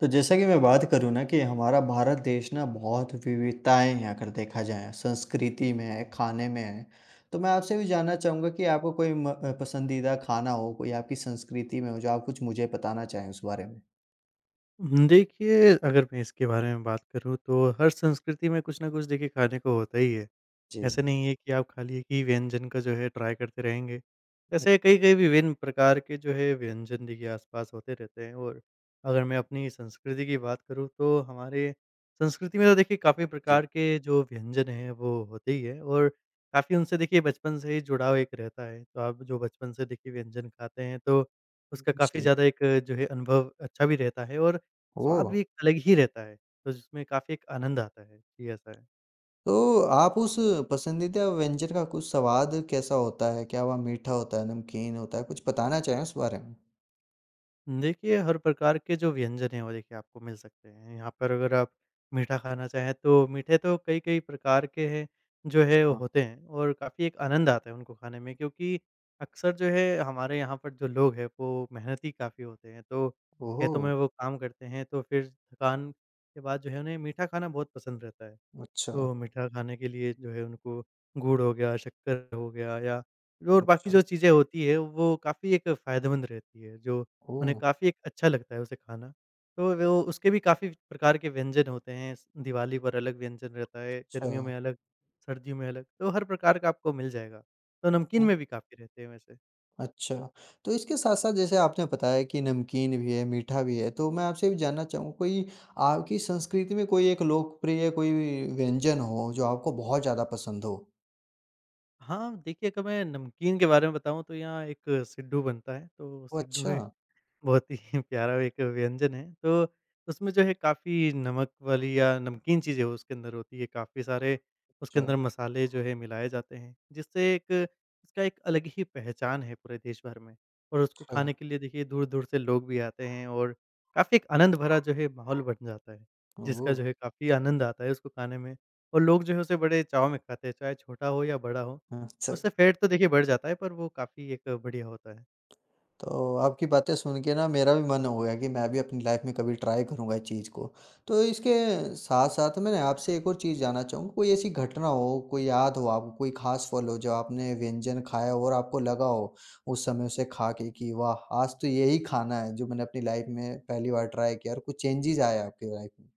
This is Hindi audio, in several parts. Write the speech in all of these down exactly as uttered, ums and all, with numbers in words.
तो जैसा कि मैं बात करूँ ना कि हमारा भारत देश ना बहुत विविधताएँ हैं अगर देखा जाए, संस्कृति में है, खाने में है। तो मैं आपसे भी जानना चाहूँगा कि आपको कोई म अ, पसंदीदा खाना हो, कोई आपकी संस्कृति में हो, जो आप कुछ मुझे बताना चाहें उस बारे में? हुँ, देखिए, अगर मैं इसके बारे में बात करूँ तो हर संस्कृति में कुछ न कुछ देखिए खाने को होता ही है। जी। ऐसे नहीं है कि आप खाली एक ही व्यंजन का जो है ट्राई करते रहेंगे। अ, ऐसे कई-कई विभिन्न प्रकार के जो है व्यंजन देखिए आस-पास होते रहते हैं। और अगर मैं अपनी संस्कृति की बात करूँ तो हमारे संस्कृति में तो देखिए काफ़ी जी। प्रकार के जो व्यंजन हैं वो होते ही हैं। और काफ़ी उनसे देखिए बचपन से ही जुड़ाव एक रहता है। तो आप जो बचपन से देखिए व्यंजन खाते हैं तो उसका काफ़ी जी। ज़्यादा एक जो है अनुभव अच्छा भी रहता है, और स्वाद ओह! भी एक अलग ही रहता है। तो जिसमें काफ़ी एक आनंद आता है। जी, ऐसा है। तो आप उस पसंदीदा व्यंजन का कुछ स्वाद कैसा होता है? क्या वह मीठा होता है, नमकीन होता है? कुछ बताना चाहें उस बारे में? देखिए, हर प्रकार के जो व्यंजन हैं वो देखिए आपको मिल सकते हैं। यहाँ पर अगर आप मीठा खाना चाहें तो मीठे तो कई-कई प्रकार के हैं जो है वो अच्छा। होते हैं, और काफ़ी एक आनंद आता है उनको खाने में, क्योंकि अक्सर जो है हमारे यहाँ पर जो लोग हैं वो मेहनती काफ़ी होते हैं। तो खेतों ओह! में वो काम करते हैं तो फिर थकान के बाद जो है उन्हें मीठा खाना बहुत पसंद रहता है। अच्छा, तो मीठा खाने के लिए जो है उनको गुड़ हो गया, शक्कर हो गया, या जो और बाकी अच्छा। जो चीज़ें होती है वो काफ़ी एक फ़ायदेमंद रहती है, जो ओह! उन्हें काफ़ी एक अच्छा लगता है उसे खाना। तो वो उसके भी काफ़ी प्रकार के व्यंजन होते हैं, स दिवाली पर अलग व्यंजन रहता है, अच्छा। गर्मियों में अलग, सर्दियों में अलग, तो हर प्रकार का आपको मिल जाएगा। तो नमकीन ओह! में भी काफ़ी रहते हैं वैसे। अच्छा, तो इसके साथ-साथ जैसे आपने बताया कि नमकीन भी है, मीठा भी है, तो मैं आपसे ये भी जानना चाहूँगा कोई आपकी संस्कृति में कोई एक लोकप्रिय कोई व्यंजन हो जो आपको बहुत ज़्यादा पसंद हो? हाँ, देखिए, अगर मैं नमकीन के बारे में बताऊँ तो यहाँ एक सिड्डू बनता है, तो ओह! सिड्डू अच्छा, एक बहुत ही प्यारा एक व्यंजन है। तो उसमें जो है काफ़ी नमक वाली या नमकीन चीज़ें हो उसके अंदर होती है, काफ़ी सारे उसके अच्छा, अंदर मसाले जो है मिलाए जाते हैं, जिससे एक इसका एक अलग ही पहचान है पूरे देश भर में। और उसको अच्छा। खाने के लिए देखिए दूर-दूर से लोग भी आते हैं, और काफ़ी एक आनंद भरा जो है माहौल बन जाता है, जिसका ओह! जो है काफ़ी आनंद आता है उसको खाने में। और लोग जो है उसे बड़े चाव में खाते हैं, चाहे छोटा हो या बड़ा हो। अच्छा। उससे फ़ैट तो देखिए बढ़ जाता है, पर वो काफ़ी एक बढ़िया होता है। तो आपकी बातें सुन के ना मेरा भी मन हो गया कि मैं भी अपनी लाइफ में कभी ट्राई करूँगा इस चीज़ को। तो इसके साथ-साथ मैं ना आपसे एक और चीज़ जानना चाहूँगा, कोई ऐसी घटना हो, कोई याद हो आपको, कोई ख़ास पल हो जो आपने व्यंजन खाया हो और आपको लगा हो उस समय उसे खा के कि वाह! आज तो यही खाना है जो मैंने अपनी लाइफ में पहली बार ट्राई किया और कुछ चेंजेज़ आए आपकी लाइफ में?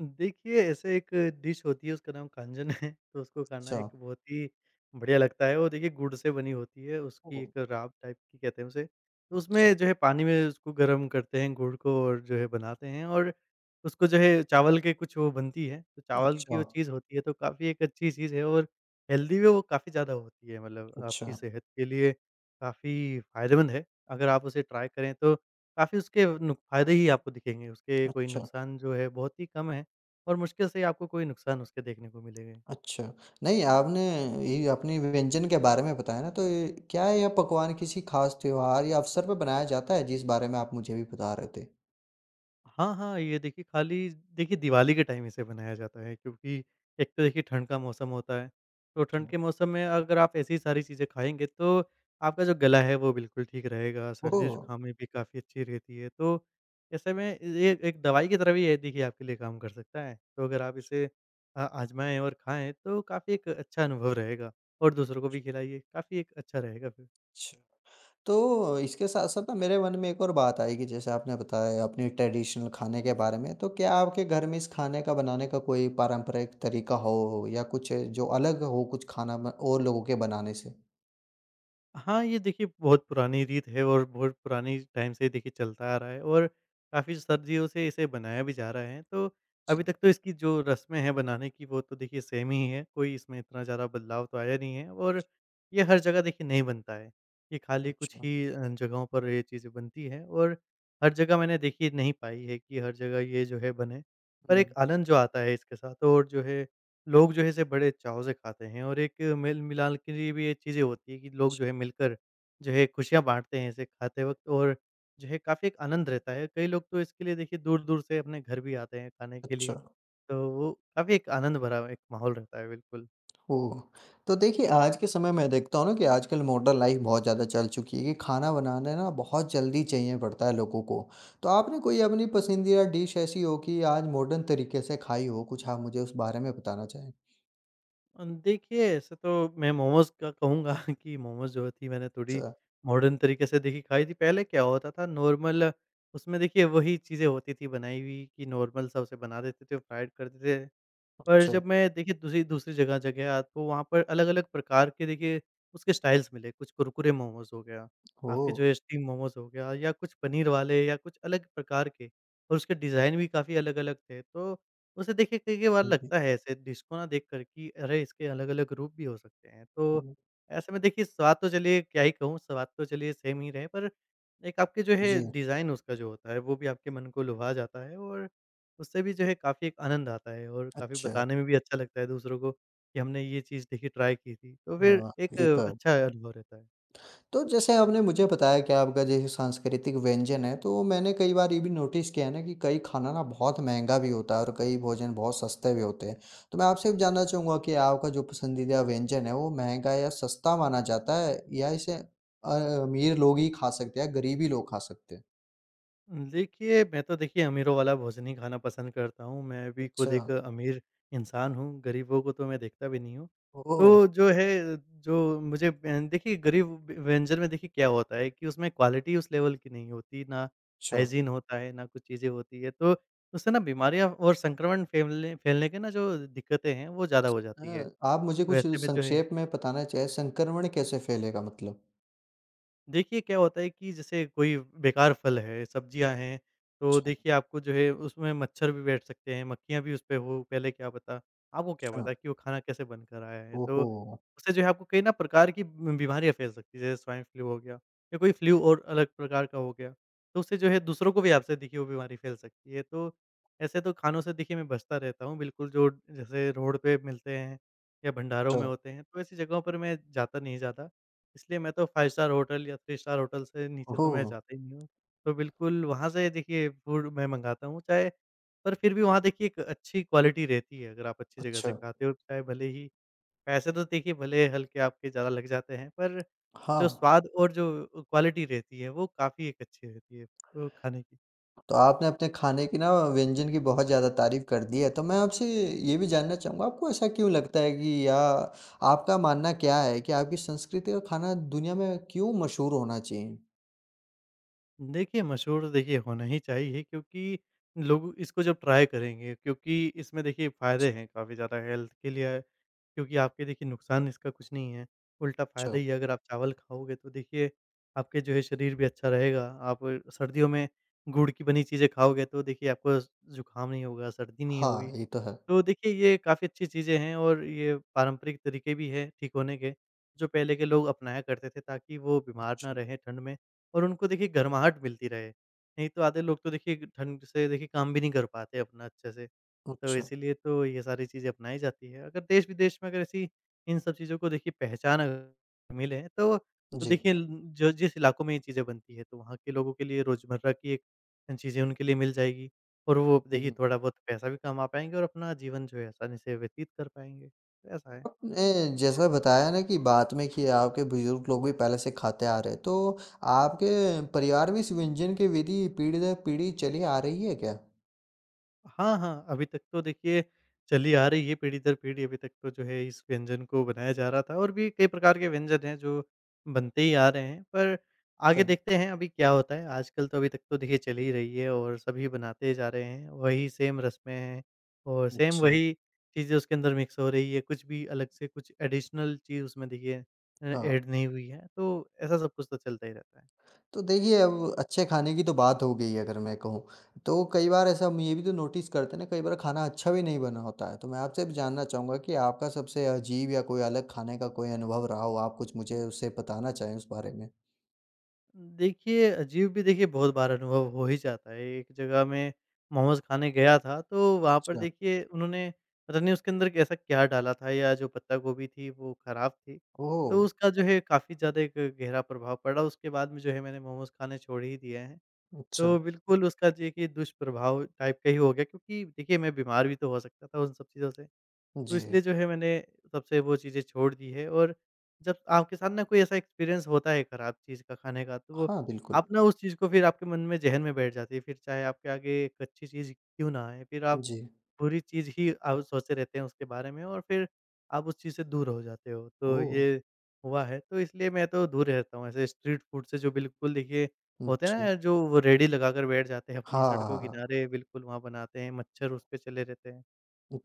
देखिए, ऐसे एक डिश होती है, उसका नाम कांजन है, तो उसको खाना अच्छा। एक बहुत ही बढ़िया लगता है। वो देखिए गुड़ से बनी होती है, उसकी ओह! एक राब टाइप की कहते हैं उसे। तो अच्छा, उसमें जो है पानी में उसको गर्म करते हैं गुड़ को, और जो है बनाते हैं, और उसको जो है चावल के कुछ वो बनती है, तो चावल की अच्छा, वो चीज़ होती है तो काफ़ी एक अच्छी चीज़ है, और हेल्दी भी वो काफ़ी ज़्यादा होती है, मतलब अच्छा, आपकी सेहत के लिए काफ़ी फ़ायदेमंद है। अगर आप उसे ट्राई करें तो काफ़ी उसके नुक फ़ायदे ही आपको दिखेंगे, उसके कोई अच्छा। नुकसान जो है बहुत ही कम है। और मुश्किल से ही आपको कोई नुकसान उसके देखने को मिलेंगे। अच्छा। नहीं आपने ये अपने व्यंजन के बारे में बताया ना तो ये क्या है, यह पकवान किसी खास त्योहार या अवसर पे बनाया जाता है जिस बारे में आप मुझे भी बता रहे थे? हाँ, हाँ, ये देखिए खाली देखिए दिवाली के टाइम इसे बनाया जाता है, क्योंकि एक तो देखिए ठंड का मौसम होता है, तो ठंड अच्छा। के मौसम में अगर आप ऐसी सारी चीज़ें खाएँगे तो आपका जो गला है वो बिल्कुल ठीक रहेगा, ओह! सर्दी-जुकाम में भी काफ़ी अच्छी रहती है। तो ऐसे में ये एक दवाई की तरह भी ये देखिए आपके लिए काम कर सकता है। तो अगर आप इसे अ, आज़माएँ और खाएँ तो काफ़ी एक अच्छा अनुभव रहेगा, और दूसरों को भी खिलाइए, काफ़ी एक अच्छा रहेगा फिर। अच्छा। तो इसके साथ-साथ ना मेरे मन में एक और बात आई कि जैसे आपने बताया अपने ट्रेडिशनल खाने के बारे में, तो क्या आपके घर में इस खाने का बनाने का कोई पारंपरिक तरीका हो या कुछ जो अलग हो कुछ खाना ब और लोगों के बनाने से? हाँ, ये देखिए बहुत पुरानी रीत है, और बहुत पुरानी टाइम से देखिए चलता आ रहा है, और काफ़ी सदियों से इसे बनाया भी जा रहा है। तो जी, अभी तक तो इसकी जो रस्में हैं बनाने की वो तो देखिए सेम ही है, कोई इसमें इतना ज़्यादा बदलाव तो आया नहीं है, और ये हर जगह देखिए नहीं बनता है। ये खाली कुछ अच्छा। ही अ, जगहों पर ये चीज़ें बनती हैं, और हर जगह मैंने देखी नहीं पाई है कि हर जगह ये जो है बने। पर हुँ। एक आनंद जो आता है इसके साथ, और जो है लोग जो है इसे बड़े चाव से खाते हैं, और एक मेल-मिलान के लिए भी ये चीज़ें होती हैं कि लोग जो है मिलकर जो है खुशियाँ बाँटते हैं इसे खाते वक़्त, और जो है काफ़ी एक आनंद रहता है। कई लोग तो इसके लिए देखिए दूर-दूर से अपने घर भी आते हैं खाने के अच्छा। लिए, तो वो काफ़ी एक आनंद भरा एक माहौल रहता है बिल्कुल। ओह! तो देखिए आज के समय में देखता हूँ ना कि आजकल मॉडर्न लाइफ़ बहुत ज़्यादा चल चुकी है कि खाना बनाना ना बहुत जल्दी चाहिए पड़ता है लोगों को। तो आपने कोई अपनी पसंदीदा डिश ऐसी हो कि आज मॉडर्न तरीके से खाई हो? कुछ आप मुझे उस बारे में बताना चाहें? अ, देखिए, ऐसे तो मैं मोमोज़ का कहूँगा कि मोमोज़ जो थी मैंने थोड़ी अच्छा मॉडर्न तरीके से देखी खाई थी। पहले क्या होता था नॉर्मल, उसमें देखिए वही चीज़ें होती थी बनाई हुई कि नॉर्मल सा उसे बना देते थे, फ्राइड कर देते थे। पर अच्छा। जब मैं देखिए दूसरी दूसरी जगह जब गया तो वहाँ पर अलग-अलग प्रकार के देखिए उसके स्टाइल्स मिले, कुछ कुरकुरे मोमोज़ हो गया, आपके ओह! जो है स्टीम मोमोज़ हो गया, या कुछ पनीर वाले, या कुछ अलग प्रकार के, और उसके डिज़ाइन भी काफ़ी अलग-अलग थे। तो उसे देखिए कई-कई बार हाँ जी। लगता है ऐसे डिश को ना देख कर कि अरे! इसके अलग-अलग रूप भी हो सकते हैं। तो ओह! ऐसे में देखिए स्वाद तो चलिए क्या ही कहूँ, स्वाद तो चलिए सेम ही रहे, पर एक आपके जो है जी, डिज़ाइन उसका जो होता है वो भी आपके मन को लुभा जाता है, और उससे भी जो है काफ़ी एक आनंद आता है, और काफ़ी अच्छा। बताने में भी अच्छा लगता है दूसरों को कि हमने ये चीज़ देखिए ट्राई की थी, तो फिर वाह! एक ये तो है। अच्छा अनुभव रहता है। तो जैसे आपने मुझे बताया कि आपका जैसे सांस्कृतिक व्यंजन है, तो मैंने कई बार ये भी नोटिस किया है ना कि कई खाना ना बहुत महँगा भी होता है और कई भोजन बहुत सस्ते भी होते हैं। तो मैं आपसे भी जानना चाहूँगा कि आपका जो पसंदीदा व्यंजन है वो महँगा या सस्ता माना जाता है या इसे अ, अमीर लोग ही खा सकते हैं, गरीबी लोग खा सकते हैं? देखिए, मैं तो देखिए अमीरों वाला भोजन ही खाना पसंद करता हूँ, मैं भी अच्छा, खुद एक अमीर इंसान हूँ, गरीबों को तो मैं देखता भी नहीं हूँ। ओह! तो जो है, जो मुझे अ, देखिए गरीब व व्यंजन में देखिए क्या होता है कि उसमें क्वालिटी उस लेवल की नहीं होती, ना अच्छा। हाइजीन होता है, ना कुछ चीज़ें होती है, तो उससे ना बीमारियाँ और संक्रमण फैलने फैलने के ना जो दिक्कतें हैं, वो ज़्यादा हो अ, जाती है। आप मुझे तो कुछ ऐसे में जो है संक्षेप में बताना चाहें संक्रमण कैसे फैलेगा मतलब? देखिए क्या होता है कि जैसे कोई बेकार फल है, सब्जियाँ हैं, तो अच्छा, देखिए आपको जो है उसमें मच्छर भी बैठ सकते हैं, मक्खियाँ भी उसपे हो, पहले क्या पता। आपको क्या अच्छा। पता कि वो खाना कैसे बनकर आया है, तो ओहो! उससे जो है आपको कई ना प्रकार की उम, बीमारियाँ फैल सकती हैं, जैसे स्वाइन फ्लू हो गया, या कोई फ्लू और अलग प्रकार का हो गया, तो उससे जो है दूसरों को भी आपसे देखिए वो बीमारी फैल सकती है। तो ऐसे तो खानों से देखिए मैं बचता रहता हूँ, बिल्कुल जो जैसे रोड पे मिलते हैं या भंडारों अच्छा। में होते हैं, तो ऐसी जगहों पर मैं जाता नहीं ज़्यादा। इसलिए मैं तो फ़ाइव स्टार होटल या थ्री स्टार होटल से नीचे तो ओह! मैं जाता ही नहीं हूँ। तो बिल्कुल वहाँ से देखिए फूड मैं मँगाता हूँ चाहे, पर फिर भी वहाँ देखिए एक अच्छी क्वालिटी रहती है अगर आप अच्छी जगह अच्छा। से खाते हो, चाहे भले ही पैसे तो देखिए भले हल्के आपके ज़्यादा लग जाते हैं, पर हाँ। जो स्वाद और जो क्वालिटी रहती है वो काफ़ी एक अच्छी रहती है, वो खाने। तो आपने अपने खाने की ना व्यंजन की बहुत ज़्यादा तारीफ़ कर दी है, तो मैं आपसे ये भी जानना चाहूँगा आपको ऐसा क्यों लगता है कि या आपका मानना क्या है कि आपकी संस्कृति का खाना दुनिया में क्यों मशहूर होना चाहिए? देखिए, मशहूर देखिए होना ही चाहिए, क्योंकि लोग इसको जब ट्राई करेंगे, क्योंकि इसमें देखिए फ़ायदे जी। हैं काफ़ी ज़्यादा हेल्थ के लिए, क्योंकि आपके देखिए नुकसान इसका कुछ नहीं है, उल्टा अच्छा। फ़ायदा ही है। अगर आप चावल खाओगे तो देखिए आपके जो है शरीर भी अच्छा रहेगा। आप सर्दियों में गुड़ की बनी चीज़ें खाओगे तो देखिए आपको ज़ुकाम नहीं होगा, सर्दी नहीं हाँ, होगी। ये तो है। तो देखिए, ये काफ़ी अच्छी चीज़ें हैं, और ये पारंपरिक तरीके भी हैं ठीक होने के, जो पहले के लोग अपनाया करते थे ताकि वो बीमार ना अच्छा, रहें ठंड में, और उनको देखिए गर्माहट मिलती रहे। नहीं तो आधे लोग तो देखिए ठंड से देखिए काम भी नहीं कर पाते अपना अच्छे से। तो अच्छा। इसीलिए तो ये सारी चीज़ें अपनाई जाती है। अगर देश-विदेश में अगर ऐसी इन सब चीज़ों को देखिए पहचान अगर मिले, तो तो जी। देखिए ल जो जिस इलाकों में ये चीज़ें बनती है तो वहाँ के लोगों के लिए रोज़मर्रा की एक चीज़ें उनके लिए मिल जाएगी, और वो देखिए हुँ। थोड़ा बहुत पैसा भी कमा पाएँगे, और अपना जीवन जो है आसानी से व्यतीत कर पाएँगे। तो ऐसा है। आपने जैसा बताया ना कि बाद में कि आपके बुजुर्ग लोग भी पहले से खाते आ रहे हैं, तो आपके परिवार में इस व्यंजन की विधि पीढ़ी दर पीढ़ी चली आ रही है क्या? हाँ, हाँ। अभी तक तो देखिए चली आ रही है पीढ़ी दर पीढ़ी, अभी तक तो जो है इस व्यंजन को बनाया जा रहा था, और भी कई प्रकार के व्यंजन हैं जो बनते ही आ रहे हैं। पर अच्छा, आगे देखते हैं अभी क्या होता है। आजकल तो अभी तक तो देखिए चल ही रही है और सभी बनाते जा रहे हैं। वही सेम रस्में हैं, और सेम अच्छा। वही चीज़ें उसके अंदर मिक्स हो रही है। कुछ भी अलग से कुछ एडिशनल चीज़ उसमें देखिए अ, हाँ। ऐड नहीं हुई है। तो ऐसा सब कुछ तो चलता ही रहता है। तो देखिए, अब अच्छे खाने की तो बात हो गई अगर मैं कहूँ, तो कई बार ऐसा हम ये भी तो नोटिस करते हैं ना कई बार खाना अच्छा भी नहीं बना होता है। तो मैं आपसे भी जानना चाहूँगा कि आपका सबसे अजीब या कोई अलग खाने का कोई अनुभव रहा हो, आप कुछ मुझे उससे बताना चाहें उस बारे में? देखिए, अजीब भी देखिए बहुत बार अनुभव हो ही जाता है। एक जगह मैं मोमोज़ खाने गया था, तो वहाँ पर अच्छा। देखिए उन्होंने पता नहीं उसके अंदर कैसा क्या डाला था, या जो पत्ता गोभी थी वो ख़राब थी। ओह! तो उसका जो है काफ़ी ज़्यादा एक गहरा प्रभाव पड़ा, उसके बाद में जो है मैंने मोमोज़ खाने छोड़ ही दिए हैं। अच्छा। तो बिल्कुल उसका देखिए दुष्प्रभाव टाइप का ही हो गया, क्योंकि देखिए मैं बीमार भी तो हो सकता था उन सब चीज़ों से। तो जी। इसलिए जो है मैंने तब से वो चीज़ें छोड़ दी है। और जब आपके साथ ना कोई ऐसा एक्सपीरियंस होता है खराब चीज़ का खाने का, तो वो हाँ, बिल्कुल। आप ना उस चीज़ को फिर आपके मन में, ज़हन में बैठ जाती है। फिर चाहे आपके आगे एक अच्छी चीज़ क्यों ना आए, फिर आप जी। बुरी चीज़ ही आप सोचे रहते हैं उसके बारे में। और फिर आप उस चीज़ से दूर हो जाते हो। तो ओह! ये हुआ है, तो इसलिए मैं तो दूर रहता हूँ ऐसे स्ट्रीट फूड से, जो बिल्कुल देखिए होते हैं अच्छा। ना, जो वो रेहड़ी लगाकर बैठ जाते हैं अपनी हाँ, सड़कों हाँ, हाँ। किनारे, बिल्कुल वहाँ बनाते हैं, मच्छर उस पे चले रहते हैं।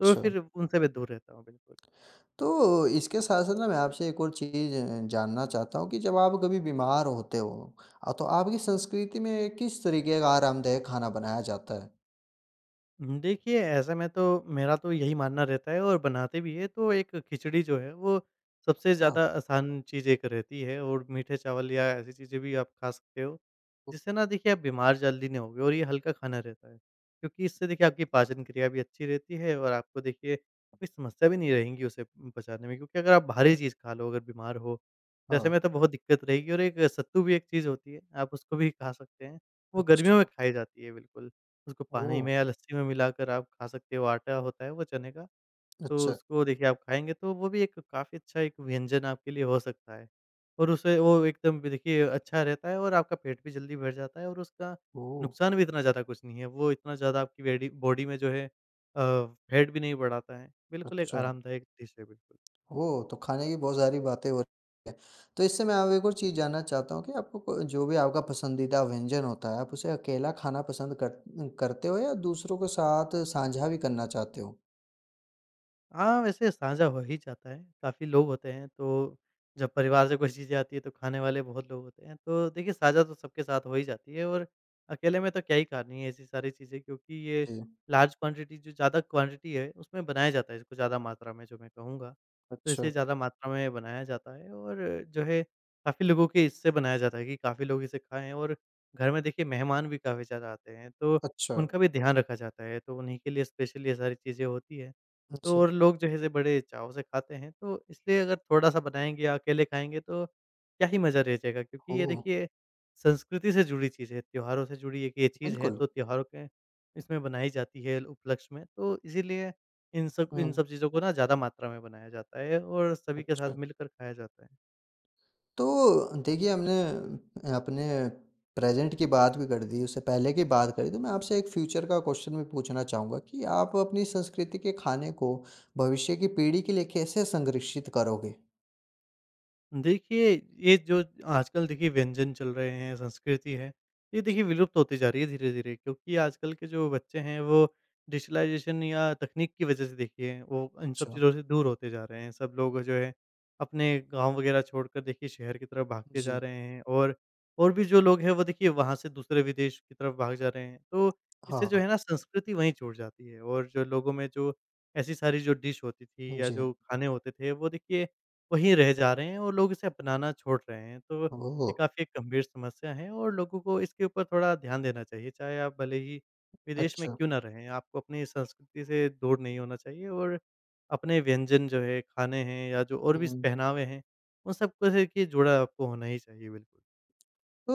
तो फिर उनसे मैं दूर रहता हूँ, बिल्कुल। तो इसके साथ-साथ ना मैं आपसे एक और चीज़ अ, जानना चाहता हूँ कि जब आप कभी बीमार होते हो अ, तो आपकी संस्कृति में किस तरीके का आरामदायक खाना बनाया जाता है? हुँ, देखिए ऐसे में तो मेरा तो यही मानना रहता है, और बनाते भी हैं, तो एक खिचड़ी जो है वो सबसे अच्छा, ज़्यादा आसान चीज़ एक रहती है। और मीठे चावल या ऐसी चीज़ें भी आप खा सकते हो। ओ जिससे ना देखिए आप बीमार जल्दी नहीं होगे और ये हल्का खाना रहता है। क्योंकि इससे देखिए आपकी पाचन क्रिया भी अच्छी रहती है, और आपको देखिए कोई समस्या भी नहीं रहेगी उसे पचाने में, क्योंकि अगर आप भारी चीज़ खा लो अगर बीमार हो, तो ऐसे हाँ, में तो बहुत दिक्कत रहेगी। और एक सत्तू भी एक चीज़ होती है, आप उसको भी खा सकते हैं। वो गर्मियों में अच्छा, खाई जाती है बिल्कुल। उसको पानी ओह! में या लस्सी में मिलाकर आप खा सकते हो, आटा होता है वो चने का, तो अच्छा, उसको देखिए आप खाएँगे तो वो भी एक काफ़ी अच्छा एक व्यंजन आपके लिए हो सकता है। और उसे वो एकदम भी देखिए अच्छा रहता है, और आपका पेट भी जल्दी भर जाता है, और उसका ओह! नुकसान भी इतना ज़्यादा कुछ नहीं है। वो इतना ज़्यादा आपकी बेडी बॉडी में जो है अ, फैट भी नहीं बढ़ाता है। बिल्कुल एक अच्छा, आरामदायक डिश है बिल्कुल। ओह! तो खाने की बहुत सारी बातें हो रही हैं। तो इससे मैं अब एक और चीज़ जानना चाहता हूँ कि आपको को जो भी आपका पसंदीदा व्यंजन होता है, आप उसे अकेला खाना पसंद कर करते हो या दूसरों के साथ साझा भी करना चाहते हो? हाँ, वैसे साझा हो ही जाता है, काफ़ी लोग होते हैं, तो जब परिवार से कोई चीज़ें आती है, तो खाने वाले बहुत लोग होते हैं, तो देखिए साझा तो सबके साथ हो ही जाती है। और अकेले में तो क्या ही खानी है ऐसी सारी चीज़ें, क्योंकि ये जी, लार्ज क्वांटिटी, जो ज़्यादा क्वांटिटी है, उसमें बनाया जाता है, इसको ज़्यादा मात्रा में जो मैं कहूँगा। तो अच्छा, इसे ज़्यादा मात्रा में बनाया जाता है, और जो है काफ़ी लोगों के इससे बनाया जाता है कि काफ़ी लोग इसे खाएँ। और घर में देखिए मेहमान भी काफ़ी ज़्यादा आते हैं, तो अच्छा, उनका भी ध्यान रखा जाता है, तो उन्हीं के लिए स्पेशली ये सारी चीज़ें होती हैं। तो जी, और लोग जो है इसे बड़े चाव से खाते हैं, तो इसलिए अगर थोड़ा-सा बनाएँगे या अकेले खाएँगे तो क्या ही मज़ा रह जाएगा, क्योंकि ये ओह! देखिए संस्कृति से जुड़ी चीज़ है, त्योहारों से जुड़ी एक ये चीज़ है, बिल्कुल, तो त्योहारों के इसमें बनाई जाती है उपलक्ष्य में, तो इसीलिए इन सब इन हुँ, सब चीज़ों को ना ज़्यादा मात्रा में बनाया जाता है और सभी के साथ अच्छा। मिलकर खाया जाता है। तो देखिए हमने अपने प्रेज़ेंट की बात भी कर दी, उससे पहले की बात करी, तो मैं आपसे एक फ्यूचर का क्वेश्चन भी पूछना चाहूँगा कि आप अपनी संस्कृति के खाने को भविष्य की पीढ़ी के लिए कैसे संरक्षित करोगे? देखिए, ये जो आजकल देखिए व्यंजन चल रहे हैं, संस्कृति है, ये देखिए विलुप्त होती जा रही है धीरे-धीरे, क्योंकि आजकल के जो बच्चे हैं वो डिजिटलाइज़ेशन या तकनीक की वज़ह से देखिए वो इन सब अच्छा, चीज़ों से दूर होते जा रहे हैं। सब लोग जो है अपने गाँव वग़ैरह छोड़कर देखिए शहर की तरफ भागते जा जी, रहे हैं, और, और भी जो लोग हैं वो देखिए वहाँ से दूसरे विदेश की तरफ भाग जा रहे हैं। तो हाँ, इससे जो है हाँ, ना संस्कृति वहीं छूट जाती है, और जो लोगों में जो ऐसी सारी जो डिश होती थी या जी, जो खाने होते थे वो देखिए वहीं रह जा रहे हैं, और लोग इसे अपनाना छोड़ रहे हैं। तो ओह! ये काफ़ी एक गंभीर समस्या है, और लोगों को इसके ऊपर थोड़ा ध्यान देना चाहिए। चाहे आप भले ही विदेश में अच्छा, क्यों ना रहें, आपको अपनी संस्कृति से दूर नहीं होना चाहिए। और अपने व्यंजन जो है, खाने हैं या जो और भी हुँ। पहनावे हैं, उन सब को से कि जुड़ा आपको होना ही चाहिए, बिल्कुल। तो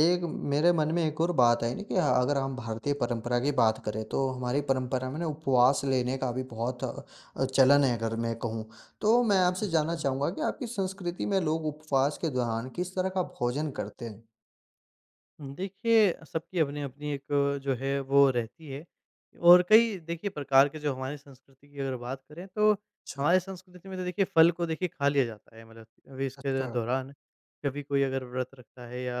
एक मेरे मन में एक और बात आई ना कि अगर हम भारतीय परंपरा की बात करें तो हमारी परंपरा में ना उपवास लेने का भी बहुत अ, चलन है अगर मैं कहूँ तो मैं आपसे जानना अच्छा। चाहूँगा कि आपकी संस्कृति में लोग उपवास के दौरान किस तरह का भोजन करते हैं? देखिए, सबकी अपनी-अपनी एक जो है वो रहती है, और कई देखिए प्रकार के जो हमारी संस्कृति की अगर बात करें, तो अच्छा, हमारी संस्कृति में तो देखिए फल को देखिए खा लिया जाता है, मतलब अभी इसके अच्छा, दौरान कभी कोई अगर व्रत रखता है या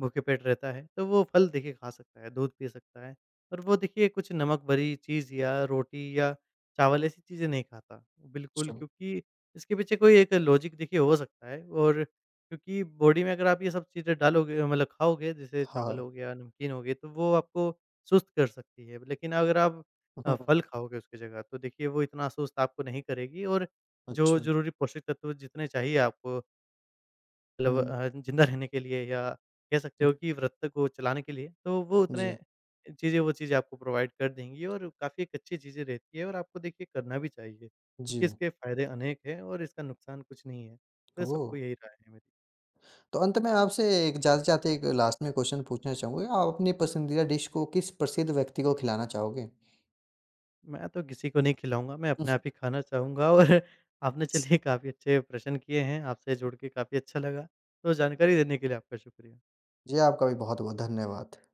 भूखे पेट रहता है तो वो फल देखिए खा सकता है, दूध पी सकता है, और वो देखिए कुछ नमक भरी चीज़ या रोटी या चावल ऐसी चीज़ें नहीं खाता बिल्कुल, अच्छा। क्योंकि इसके पीछे कोई एक लॉजिक देखिए हो सकता है। और क्योंकि बॉडी में अगर आप ये सब चीज़ें डालोगे, मतलब खाओगे, जैसे हाँ, चावल हो गया, नमकीन हो गए, तो वो आपको सुस्त कर सकती है। लेकिन अगर आप अ, हाँ, फल खाओगे उसकी जगह तो देखिए वो इतना सुस्त आपको नहीं करेगी। और जो अच्छा। ज़रूरी पोषक तत्व जितने चाहिए आपको, मतलब हुँ, अ, ज़िंदा रहने के लिए या कह सकते हो कि व्रत को चलाने के लिए, तो वो जी, उतने चीज़ें वो चीज़ें आपको प्रोवाइड कर देंगी, और काफ़ी एक अच्छी चीज़ें रहती है, और आपको देखिए करना भी चाहिए, जी। क्योंकि इसके फ़ायदे अनेक हैं और इसका नुकसान कुछ नहीं है। तो ओह! सबको यही राय है मेरी। तो अंत में आपसे एक जाते-जाते एक लास्ट में क्वेश्चन पूछना चाहूँगा, आप अपनी पसंदीदा डिश को किस प्रसिद्ध व्यक्ति को खिलाना चाहोगे? मैं तो किसी को नहीं खिलाऊँगा, मैं अपने आप ही खाना चाहूँगा। और आपने चलिए काफ़ी अच्छे प्रश्न किए हैं, आपसे जुड़ के काफ़ी अच्छा लगा। तो जानकारी देने के लिए आपका शुक्रिया। जी, आपका भी बहुत-बहुत धन्यवाद।